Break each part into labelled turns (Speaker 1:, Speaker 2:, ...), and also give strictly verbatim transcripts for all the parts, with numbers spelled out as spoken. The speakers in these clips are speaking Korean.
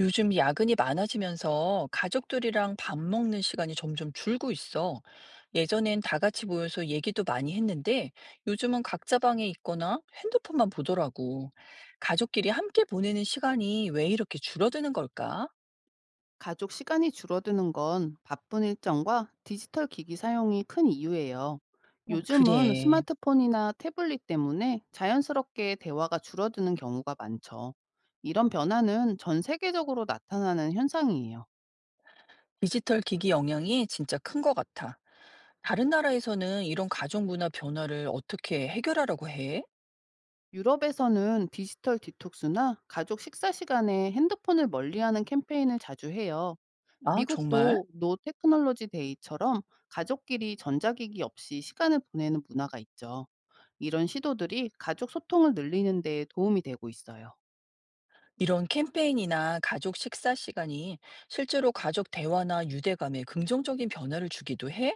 Speaker 1: 요즘 야근이 많아지면서 가족들이랑 밥 먹는 시간이 점점 줄고 있어. 예전엔 다 같이 모여서 얘기도 많이 했는데 요즘은 각자 방에 있거나 핸드폰만 보더라고. 가족끼리 함께 보내는 시간이 왜 이렇게 줄어드는 걸까?
Speaker 2: 가족 시간이 줄어드는 건 바쁜 일정과 디지털 기기 사용이 큰 이유예요.
Speaker 1: 어,
Speaker 2: 요즘은
Speaker 1: 그래.
Speaker 2: 스마트폰이나 태블릿 때문에 자연스럽게 대화가 줄어드는 경우가 많죠. 이런 변화는 전 세계적으로 나타나는 현상이에요.
Speaker 1: 디지털 기기 영향이 진짜 큰 것 같아. 다른 나라에서는 이런 가족 문화 변화를 어떻게 해결하려고 해?
Speaker 2: 유럽에서는 디지털 디톡스나 가족 식사 시간에 핸드폰을 멀리하는 캠페인을 자주 해요.
Speaker 1: 아, 정말?
Speaker 2: 미국도 노 테크놀로지 데이처럼 가족끼리 전자기기 없이 시간을 보내는 문화가 있죠. 이런 시도들이 가족 소통을 늘리는 데 도움이 되고 있어요.
Speaker 1: 이런 캠페인이나 가족 식사 시간이 실제로 가족 대화나 유대감에 긍정적인 변화를 주기도 해?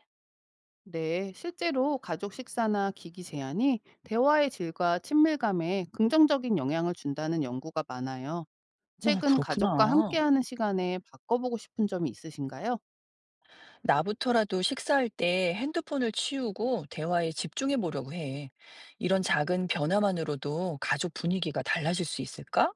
Speaker 2: 네, 실제로 가족 식사나 기기 제한이 대화의 질과 친밀감에 긍정적인 영향을 준다는 연구가 많아요.
Speaker 1: 어,
Speaker 2: 최근
Speaker 1: 그렇구나.
Speaker 2: 가족과 함께하는 시간에 바꿔보고 싶은 점이 있으신가요?
Speaker 1: 나부터라도 식사할 때 핸드폰을 치우고 대화에 집중해 보려고 해. 이런 작은 변화만으로도 가족 분위기가 달라질 수 있을까?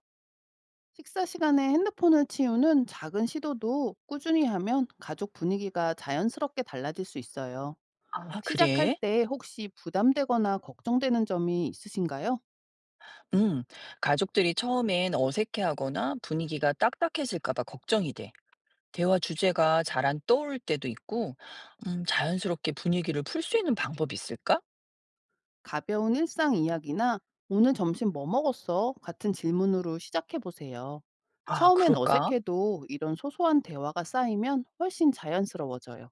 Speaker 2: 식사 시간에 핸드폰을 치우는 작은 시도도 꾸준히 하면 가족 분위기가 자연스럽게 달라질 수 있어요.
Speaker 1: 아,
Speaker 2: 시작할
Speaker 1: 그래?
Speaker 2: 때 혹시 부담되거나 걱정되는 점이 있으신가요?
Speaker 1: 음, 가족들이 처음엔 어색해하거나 분위기가 딱딱해질까 봐 걱정이 돼. 대화 주제가 잘 안 떠오를 때도 있고, 음, 자연스럽게 분위기를 풀 수 있는 방법이 있을까?
Speaker 2: 가벼운 일상 이야기나 "오늘 점심 뭐 먹었어?" 같은 질문으로 시작해 보세요.
Speaker 1: 아,
Speaker 2: 처음엔
Speaker 1: 그럴까?
Speaker 2: 어색해도 이런 소소한 대화가 쌓이면 훨씬 자연스러워져요.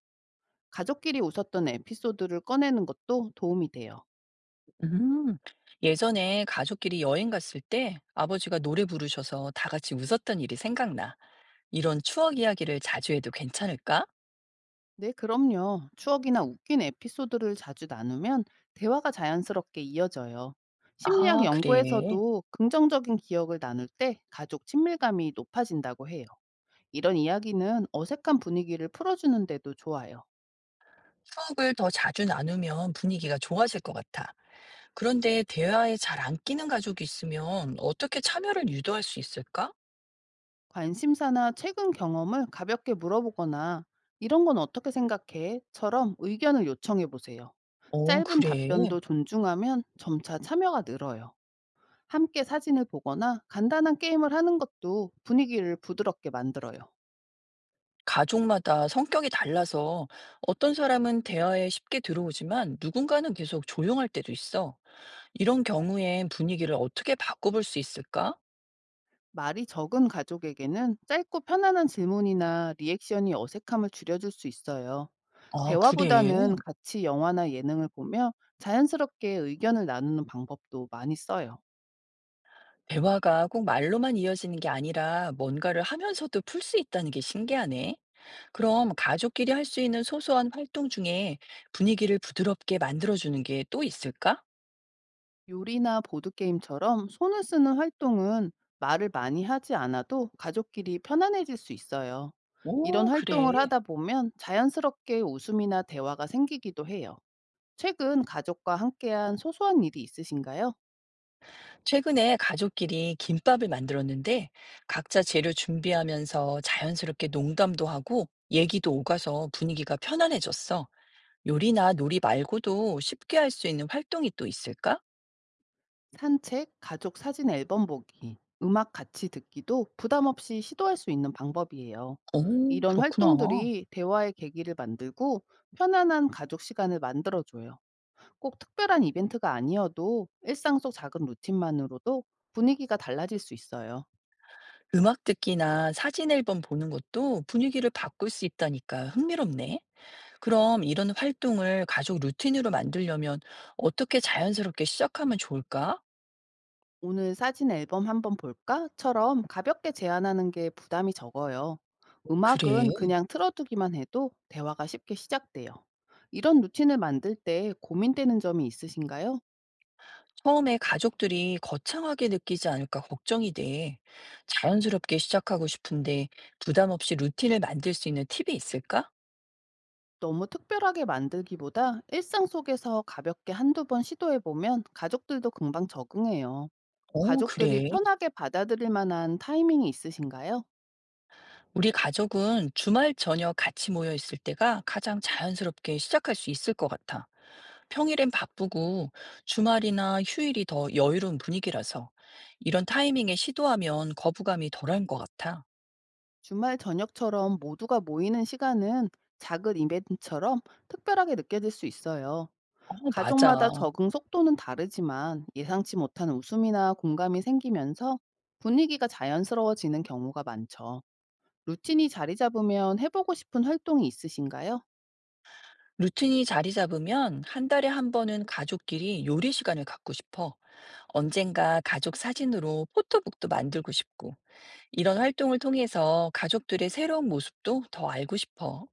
Speaker 2: 가족끼리 웃었던 에피소드를 꺼내는 것도 도움이 돼요.
Speaker 1: 음. 예전에 가족끼리 여행 갔을 때 아버지가 노래 부르셔서 다 같이 웃었던 일이 생각나. 이런 추억 이야기를 자주 해도 괜찮을까?
Speaker 2: 네, 그럼요. 추억이나 웃긴 에피소드를 자주 나누면 대화가 자연스럽게 이어져요. 심리학
Speaker 1: 아, 그래.
Speaker 2: 연구에서도 긍정적인 기억을 나눌 때 가족 친밀감이 높아진다고 해요. 이런 이야기는 어색한 분위기를 풀어주는 데도 좋아요.
Speaker 1: 추억을 더 자주 나누면 분위기가 좋아질 것 같아. 그런데 대화에 잘 안 끼는 가족이 있으면 어떻게 참여를 유도할 수 있을까?
Speaker 2: 관심사나 최근 경험을 가볍게 물어보거나 이런 건 어떻게 생각해? 처럼 의견을 요청해 보세요.
Speaker 1: 어,
Speaker 2: 짧은
Speaker 1: 그래.
Speaker 2: 답변도 존중하면 점차 참여가 늘어요. 함께 사진을 보거나 간단한 게임을 하는 것도 분위기를 부드럽게 만들어요.
Speaker 1: 가족마다 성격이 달라서 어떤 사람은 대화에 쉽게 들어오지만 누군가는 계속 조용할 때도 있어. 이런 경우엔 분위기를 어떻게 바꿔볼 수 있을까?
Speaker 2: 말이 적은 가족에게는 짧고 편안한 질문이나 리액션이 어색함을 줄여줄 수 있어요.
Speaker 1: 아,
Speaker 2: 대화보다는
Speaker 1: 그래.
Speaker 2: 같이 영화나 예능을 보며 자연스럽게 의견을 나누는 방법도 많이 써요.
Speaker 1: 대화가 꼭 말로만 이어지는 게 아니라 뭔가를 하면서도 풀 수 있다는 게 신기하네. 그럼 가족끼리 할 수 있는 소소한 활동 중에 분위기를 부드럽게 만들어주는 게 또 있을까?
Speaker 2: 요리나 보드게임처럼 손을 쓰는 활동은 말을 많이 하지 않아도 가족끼리 편안해질 수 있어요. 이런
Speaker 1: 오, 그래.
Speaker 2: 활동을 하다 보면 자연스럽게 웃음이나 대화가 생기기도 해요. 최근 가족과 함께한 소소한 일이 있으신가요?
Speaker 1: 최근에 가족끼리 김밥을 만들었는데 각자 재료 준비하면서 자연스럽게 농담도 하고 얘기도 오가서 분위기가 편안해졌어. 요리나 놀이 말고도 쉽게 할 수 있는 활동이 또 있을까?
Speaker 2: 산책, 가족 사진 앨범 보기, 음악 같이 듣기도 부담 없이 시도할 수 있는 방법이에요.
Speaker 1: 오,
Speaker 2: 이런
Speaker 1: 그렇구나.
Speaker 2: 활동들이 대화의 계기를 만들고 편안한 가족 시간을 만들어줘요. 꼭 특별한 이벤트가 아니어도 일상 속 작은 루틴만으로도 분위기가 달라질 수 있어요.
Speaker 1: 음악 듣기나 사진 앨범 보는 것도 분위기를 바꿀 수 있다니까 흥미롭네. 그럼 이런 활동을 가족 루틴으로 만들려면 어떻게 자연스럽게 시작하면 좋을까?
Speaker 2: "오늘 사진 앨범 한번 볼까?"처럼 가볍게 제안하는 게 부담이 적어요. 음악은
Speaker 1: 그래.
Speaker 2: 그냥 틀어두기만 해도 대화가 쉽게 시작돼요. 이런 루틴을 만들 때 고민되는 점이 있으신가요?
Speaker 1: 처음에 가족들이 거창하게 느끼지 않을까 걱정이 돼. 자연스럽게 시작하고 싶은데 부담 없이 루틴을 만들 수 있는 팁이 있을까?
Speaker 2: 너무 특별하게 만들기보다 일상 속에서 가볍게 한두 번 시도해 보면 가족들도 금방 적응해요.
Speaker 1: 어,
Speaker 2: 가족들이
Speaker 1: 그래.
Speaker 2: 편하게 받아들일 만한 타이밍이 있으신가요?
Speaker 1: 우리 가족은 주말 저녁 같이 모여 있을 때가 가장 자연스럽게 시작할 수 있을 것 같아. 평일엔 바쁘고 주말이나 휴일이 더 여유로운 분위기라서 이런 타이밍에 시도하면 거부감이 덜한 것 같아.
Speaker 2: 주말 저녁처럼 모두가 모이는 시간은 작은 이벤트처럼 특별하게 느껴질 수 있어요.
Speaker 1: 어,
Speaker 2: 가족마다
Speaker 1: 맞아.
Speaker 2: 적응 속도는 다르지만 예상치 못한 웃음이나 공감이 생기면서 분위기가 자연스러워지는 경우가 많죠. 루틴이 자리 잡으면 해보고 싶은 활동이 있으신가요?
Speaker 1: 루틴이 자리 잡으면 한 달에 한 번은 가족끼리 요리 시간을 갖고 싶어. 언젠가 가족 사진으로 포토북도 만들고 싶고. 이런 활동을 통해서 가족들의 새로운 모습도 더 알고 싶어.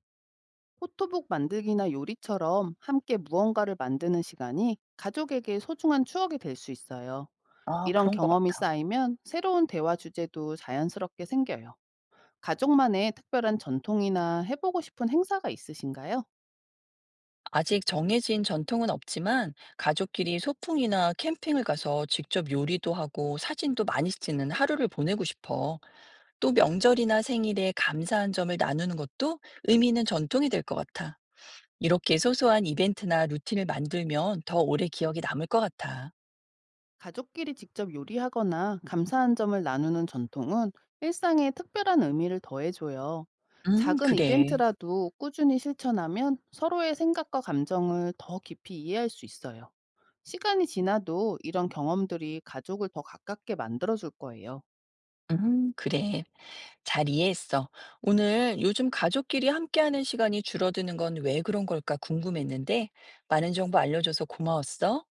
Speaker 2: 포토북 만들기나 요리처럼 함께 무언가를 만드는 시간이 가족에게 소중한 추억이 될 수 있어요.
Speaker 1: 아,
Speaker 2: 이런
Speaker 1: 그런 것
Speaker 2: 경험이
Speaker 1: 같아.
Speaker 2: 쌓이면 새로운 대화 주제도 자연스럽게 생겨요. 가족만의 특별한 전통이나 해보고 싶은 행사가 있으신가요?
Speaker 1: 아직 정해진 전통은 없지만 가족끼리 소풍이나 캠핑을 가서 직접 요리도 하고 사진도 많이 찍는 하루를 보내고 싶어. 또 명절이나 생일에 감사한 점을 나누는 것도 의미 있는 전통이 될 것 같아. 이렇게 소소한 이벤트나 루틴을 만들면 더 오래 기억이 남을 것 같아.
Speaker 2: 가족끼리 직접 요리하거나 감사한 점을 나누는 전통은 일상에 특별한 의미를 더해줘요.
Speaker 1: 음,
Speaker 2: 작은
Speaker 1: 그래.
Speaker 2: 이벤트라도 꾸준히 실천하면 서로의 생각과 감정을 더 깊이 이해할 수 있어요. 시간이 지나도 이런 경험들이 가족을 더 가깝게 만들어줄 거예요.
Speaker 1: 음, 그래. 잘 이해했어. 오늘 요즘 가족끼리 함께하는 시간이 줄어드는 건 왜 그런 걸까 궁금했는데 많은 정보 알려줘서 고마웠어.